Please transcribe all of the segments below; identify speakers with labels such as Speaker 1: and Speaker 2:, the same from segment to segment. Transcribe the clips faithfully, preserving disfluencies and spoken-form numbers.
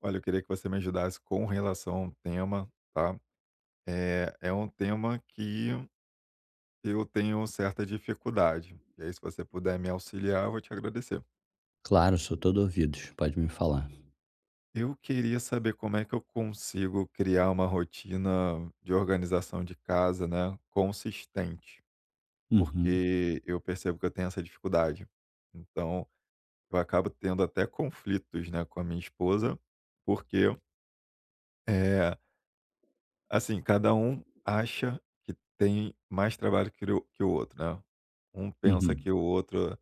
Speaker 1: Olha, eu queria que você me ajudasse com relação a um tema, tá? É, é um tema que eu tenho certa dificuldade. E aí, se você puder me auxiliar, eu vou te agradecer.
Speaker 2: Claro, sou todo ouvidos, pode me falar.
Speaker 1: Eu queria saber como é que eu consigo criar uma rotina de organização de casa, né, consistente,
Speaker 2: Uhum,
Speaker 1: porque eu percebo que eu tenho essa dificuldade. Então, eu acabo tendo até conflitos, né, com a minha esposa, porque, eh, Assim, cada um acha que tem mais trabalho que o que o outro, né. Um pensa
Speaker 2: uhum.
Speaker 1: que o outro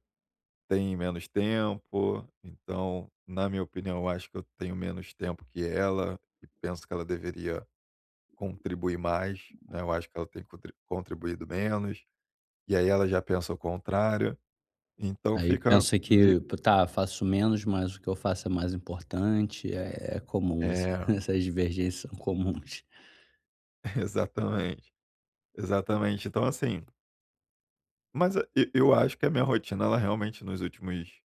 Speaker 1: tem menos tempo, então, na minha opinião, eu acho que eu tenho menos tempo que ela e penso que ela deveria contribuir mais, né, eu acho que ela tem contri contribuído menos, e aí ela já pensa o contrário, então
Speaker 2: Aí
Speaker 1: fica
Speaker 2: pensa
Speaker 1: meio.
Speaker 2: que p tá, faço menos, mas o que eu faço é mais importante, é é comum essa
Speaker 1: é,
Speaker 2: essas divergências são comuns.
Speaker 1: Exatamente, exatamente. Então assim, mas e eu acho que a minha rotina ela realmente nos últimos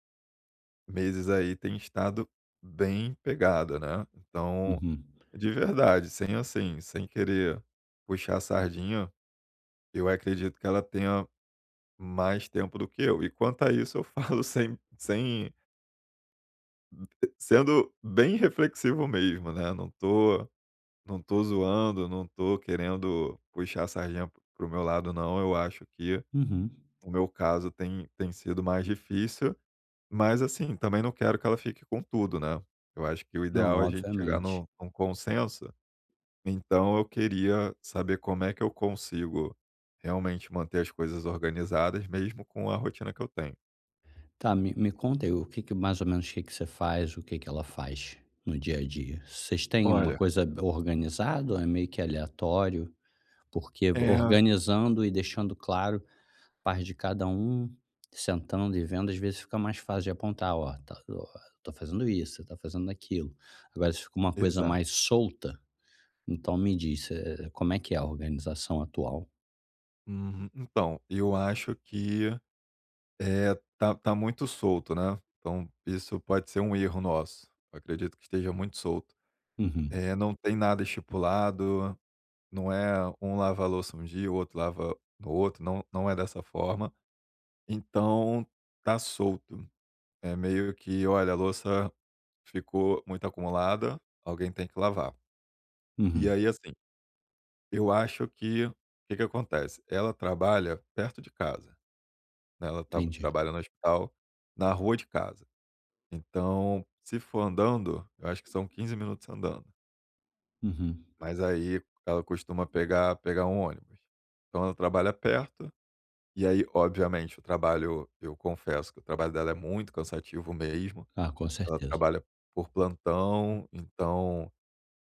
Speaker 1: meses aí tem estado bem pegada, né. Então,
Speaker 2: Uhum,
Speaker 1: de verdade, sem assim, sem querer puxar a sardinha, eu acredito que ela tenha mais tempo do que eu. E quanto a isso eu falo sem sem sendo bem reflexivo mesmo, né, não tô não tô zoando, não tô querendo puxar a sardinha pro meu lado não, eu acho que
Speaker 2: uhum.
Speaker 1: o meu caso tem tem sido mais difícil. Mas assim, também não quero que ela fique com tudo, né. Eu acho que o
Speaker 2: Não,
Speaker 1: ideal é a gente chegar
Speaker 2: obviamente.
Speaker 1: no num consenso, então eu queria saber como é que eu consigo realmente manter as coisas organizadas mesmo com a rotina que eu tenho.
Speaker 2: Tá, me me conta aí, o que que mais ou menos o que que você faz, o que que ela faz no dia a dia? Vocês têm uma
Speaker 1: Olha,
Speaker 2: coisa organizada ou é meio que aleatório? Porque
Speaker 1: é
Speaker 2: organizando e deixando claro parte de cada um, sentando e vendo, às vezes fica mais fácil de apontar, ó, tá, ó, tô fazendo isso, você tá fazendo aquilo. Agora, se fica uma coisa
Speaker 1: exato.
Speaker 2: mais solta, então me diz, eh, como é que é a organização atual?
Speaker 1: Uhum. Então, eu acho que, é tá tá muito solto, né, então isso pode ser um erro nosso. Eu acredito que esteja muito solto.
Speaker 2: Uhum,
Speaker 1: Eh, não tem nada estipulado. Não é um lava a louça um dia, o outro lava no outro, não não é dessa forma. Então tá solto. É meio que: "Olha, a louça ficou muito acumulada, alguém tem que lavar". E
Speaker 2: uhum,
Speaker 1: aí, assim, eu acho que o que que acontece? Ela trabalha perto de casa, né, ela tá
Speaker 2: entendi.
Speaker 1: trabalha no hospital na rua de casa. Então, se for andando, eu acho que são quinze minutos andando,
Speaker 2: Uhum.
Speaker 1: mas aí ela costuma pegar pegar um ônibus. Então ela trabalha perto. E aí, obviamente, o trabalho eu confesso que o trabalho dela é muito cansativo mesmo.
Speaker 2: Ah, com
Speaker 1: Ela
Speaker 2: certeza.
Speaker 1: trabalha por plantão, então,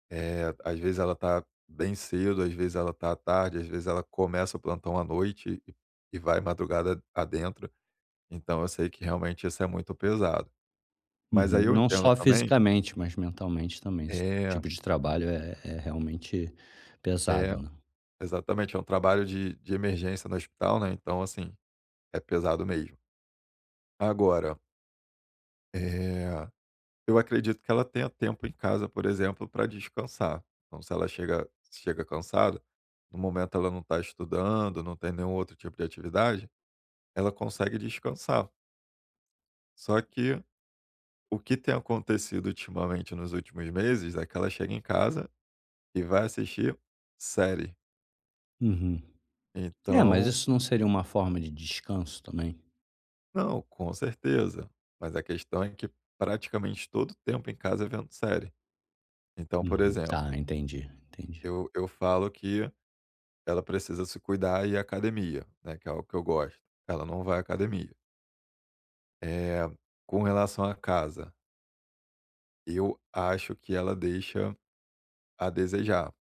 Speaker 1: eh, às vezes ela tá bem cedo, às vezes ela tá à tarde, às vezes ela começa o plantão à noite e e vai madrugada adentro. Então eu sei que realmente isso é muito pesado. Mas
Speaker 2: Uhum.
Speaker 1: aí eu
Speaker 2: Não
Speaker 1: entendo
Speaker 2: só
Speaker 1: também.
Speaker 2: fisicamente, mas mentalmente também. Esse
Speaker 1: É,
Speaker 2: tipo de trabalho é, é realmente pesado,
Speaker 1: é,
Speaker 2: né?
Speaker 1: exatamente, é um trabalho de de emergência no hospital, né, então, assim, é pesado mesmo. Agora, eh eu acredito que ela tenha tempo em casa, por exemplo, para descansar. Então, se ela chega chega cansada, no momento ela não está estudando, não tem nenhum outro tipo de atividade, ela consegue descansar. Só que o que tem acontecido ultimamente nos últimos meses é que ela chega em casa e vai assistir série.
Speaker 2: Uhum. É, mas
Speaker 1: Então,
Speaker 2: isso não seria uma forma de descanso também?
Speaker 1: não, com certeza. Mas a questão é que praticamente todo o tempo em casa é vendo série. Então, por
Speaker 2: Uhum. Tá,
Speaker 1: exemplo,
Speaker 2: entendi, entendi.
Speaker 1: eu, eu falo que Ela precisa se cuidar e ir à academia, né, que é algo que eu gosto. Ela não vai à academia. Eh, com relação à casa, eu acho que ela deixa a desejar.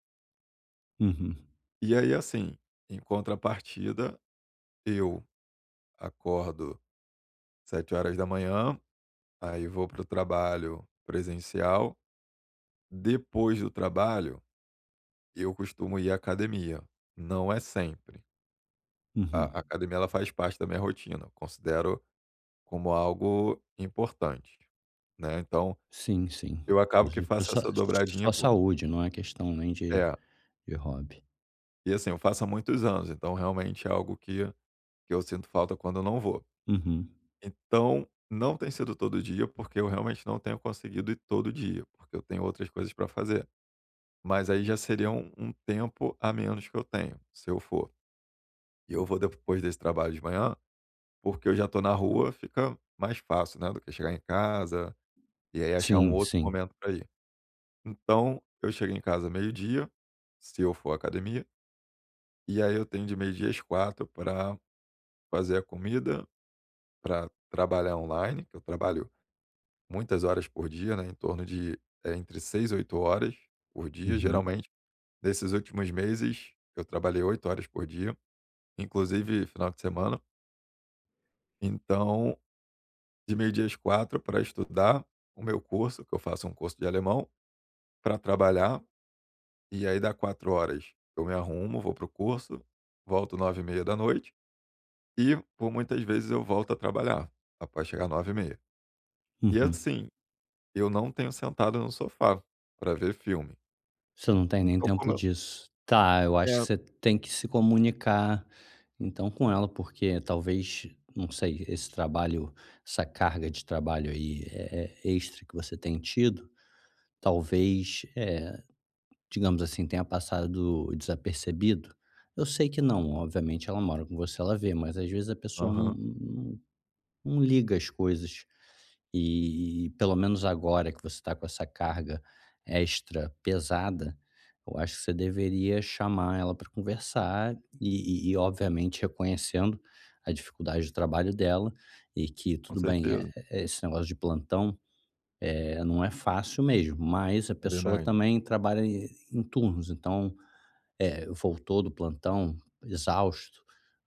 Speaker 2: Uhum,
Speaker 1: E aí, assim, em contrapartida, eu acordo sete horas da manhã, aí vou para o trabalho presencial. Depois do trabalho, eu costumo ir à academia. Não é sempre. A
Speaker 2: uhum.
Speaker 1: a academia ela faz parte da minha rotina, eu considero como algo importante, né. Então
Speaker 2: Sim, sim.
Speaker 1: eu acabo que
Speaker 2: Inclusive pra
Speaker 1: faço
Speaker 2: sua
Speaker 1: essa dobradinha
Speaker 2: sua
Speaker 1: por.
Speaker 2: saúde, não é questão nem de
Speaker 1: É.
Speaker 2: de hobby.
Speaker 1: E assim, eu faço há muitos anos, então realmente é algo que que eu sinto falta quando eu não vou.
Speaker 2: Uhum.
Speaker 1: Então, não tem sido todo dia, porque eu realmente não tenho conseguido ir todo dia, porque eu tenho outras coisas para fazer. Mas aí já seria um um tempo a menos que eu tenho, se eu for. E eu vou depois desse trabalho de manhã, porque eu já tô na rua, fica mais fácil, né, do que chegar em casa e aí achar um
Speaker 2: Sim,
Speaker 1: outro
Speaker 2: sim.
Speaker 1: momento para ir. Então, eu chego em casa meio-dia, se eu for à academia. E aí eu tenho de meio-dia às quatro para fazer a comida, para trabalhar online, que eu trabalho muitas horas por dia, né, em torno de, eh, entre seis e oito horas por dia.
Speaker 2: Uhum,
Speaker 1: Geralmente, nesses últimos meses, eu trabalhei oito horas por dia, inclusive final de semana. Então, de meio-dia às quatro para estudar o meu curso, que eu faço um curso de alemão, para trabalhar, e aí dá quatro horas eu me arrumo, vou para o curso, volto nove e meia da noite. E por muitas vezes eu volto a trabalhar após chegar nove e meia. E
Speaker 2: uhum.
Speaker 1: assim, eu não tenho sentado no sofá para ver filme.
Speaker 2: Você não tem nem
Speaker 1: Então como
Speaker 2: tempo
Speaker 1: eu.
Speaker 2: disso. Tá, eu acho que
Speaker 1: É,
Speaker 2: você tem que se comunicar, então, com ela, porque talvez, não sei, esse trabalho, essa carga de trabalho aí, eh eh, extra que você tem tido, talvez, eh, digamos assim, tenha passado desapercebido. Eu sei que não, obviamente ela mora com você, ela vê, mas às vezes a pessoa não
Speaker 1: aham,
Speaker 2: não não liga as coisas. E e pelo menos agora que você está com essa carga extra pesada, eu acho que você deveria chamar ela para conversar e e e obviamente reconhecendo a dificuldade do trabalho dela e que
Speaker 1: com
Speaker 2: tudo bem, é
Speaker 1: certeza,
Speaker 2: eh, esse negócio de plantão, é não é fácil mesmo, mas a
Speaker 1: é
Speaker 2: pessoa
Speaker 1: verdade.
Speaker 2: também trabalha em em turnos, então é, voltou do plantão exausto,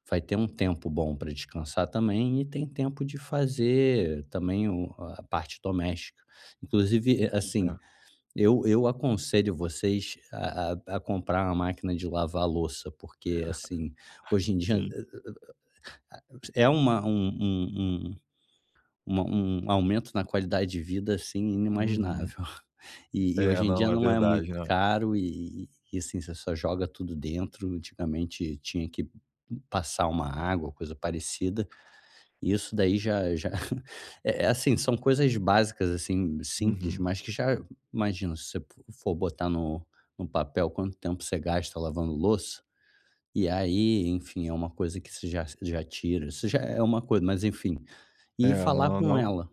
Speaker 2: vai ter um tempo bom para descansar também e tem tempo de fazer também o a parte doméstica. Inclusive, eh,
Speaker 1: É,
Speaker 2: assim, eu eu aconselho vocês a a a comprar uma máquina de lavar louça, porque, assim, hoje em dia
Speaker 1: sim.
Speaker 2: eh, é uma um um um uma um aumento na qualidade de vida, assim,
Speaker 1: Uhum.
Speaker 2: inimaginável. E e
Speaker 1: É,
Speaker 2: hoje em
Speaker 1: não,
Speaker 2: dia
Speaker 1: é
Speaker 2: não é muito
Speaker 1: verdade, né.
Speaker 2: caro e e, assim, você só joga tudo dentro, antigamente tinha que passar uma água, coisa parecida, e isso daí já já é é assim, são coisas básicas, assim, simples,
Speaker 1: Uhum.
Speaker 2: mas que já imagina, se você for botar no no papel quanto tempo você gasta lavando louça, e aí, enfim, é uma coisa que você já já tira, isso já é uma coisa, mas enfim, e
Speaker 1: É,
Speaker 2: falar
Speaker 1: não,
Speaker 2: com
Speaker 1: não.
Speaker 2: ela,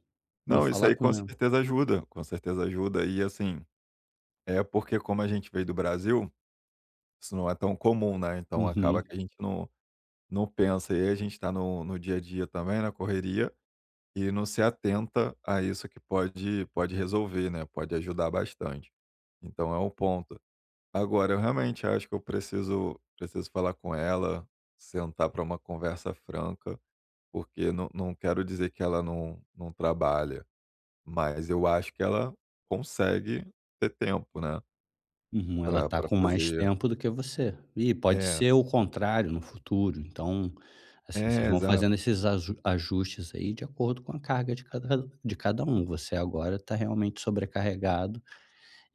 Speaker 2: e
Speaker 1: Não, isso
Speaker 2: falar
Speaker 1: aí
Speaker 2: com
Speaker 1: com
Speaker 2: ela.
Speaker 1: certeza ajuda, com certeza ajuda. E assim, é porque como a gente veio do Brasil, isso não é tão comum, né, então acaba
Speaker 2: Uhum,
Speaker 1: que a gente não não pensa, e aí a gente tá no no dia a dia também, na correria, e não se atenta a isso que pode pode resolver, né, pode ajudar bastante. Então é um ponto. Agora eu realmente acho que eu preciso preciso falar com ela, sentar para uma conversa franca, porque não não quero dizer que ela não não trabalha, mas eu acho que ela consegue ter tempo, né,
Speaker 2: uhum. Ela
Speaker 1: para
Speaker 2: tá
Speaker 1: pra
Speaker 2: com mais
Speaker 1: fazer.
Speaker 2: tempo do que você. E pode
Speaker 1: É,
Speaker 2: ser o contrário no futuro, então, assim, vocês
Speaker 1: é,
Speaker 2: vão fazendo
Speaker 1: exato.
Speaker 2: esses aju ajustes aí de acordo com a carga de cada de cada um. Você agora está realmente sobrecarregado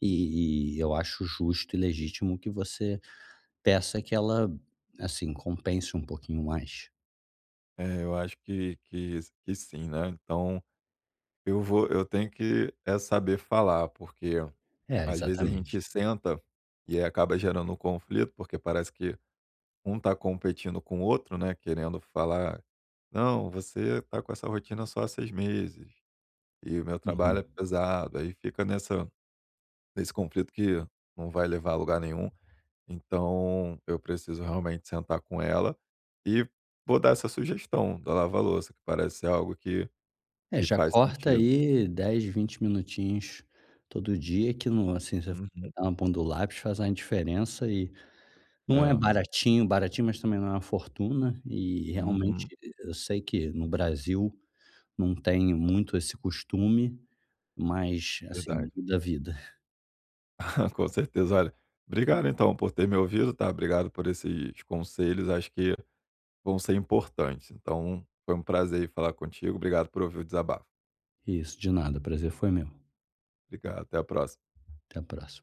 Speaker 2: e e eu acho justo e legítimo que você peça que ela, assim, compense um pouquinho mais.
Speaker 1: É, eu acho que que que sim, né. Então eu vou eu tenho que é saber falar, porque
Speaker 2: É,
Speaker 1: às vezes a
Speaker 2: exatamente.
Speaker 1: gente senta e aí acaba gerando um conflito, porque parece que um está competindo com o outro, né, querendo falar: "Não, você está com essa rotina só há seis meses e o meu trabalho é
Speaker 2: Uhum.
Speaker 1: pesado". Aí fica nessa nesse conflito que não vai levar a lugar nenhum. Então eu preciso realmente sentar com ela e vou dar essa sugestão da lava-louça, que parece ser algo que
Speaker 2: É,
Speaker 1: que
Speaker 2: já
Speaker 1: faz
Speaker 2: corta
Speaker 1: sentido.
Speaker 2: aí dez, vinte minutinhos todo dia que não assim, você
Speaker 1: Uhum.
Speaker 2: botar na ponta do lápis faz a diferença e não é
Speaker 1: É.
Speaker 2: baratinho, baratinho, mas também não é uma fortuna e realmente
Speaker 1: Uhum.
Speaker 2: eu sei que no Brasil não tem muito esse costume, mas assim,
Speaker 1: Verdade.
Speaker 2: muda a vida.
Speaker 1: Com certeza. Olha, obrigado então por ter me ouvido, tá? Obrigado por esses conselhos. Acho que vão ser importantes. Então, foi um prazer falar contigo. Obrigado por ouvir o desabafo.
Speaker 2: Isso, de nada, prazer foi meu.
Speaker 1: Obrigado. Até a próxima.
Speaker 2: Até a próxima.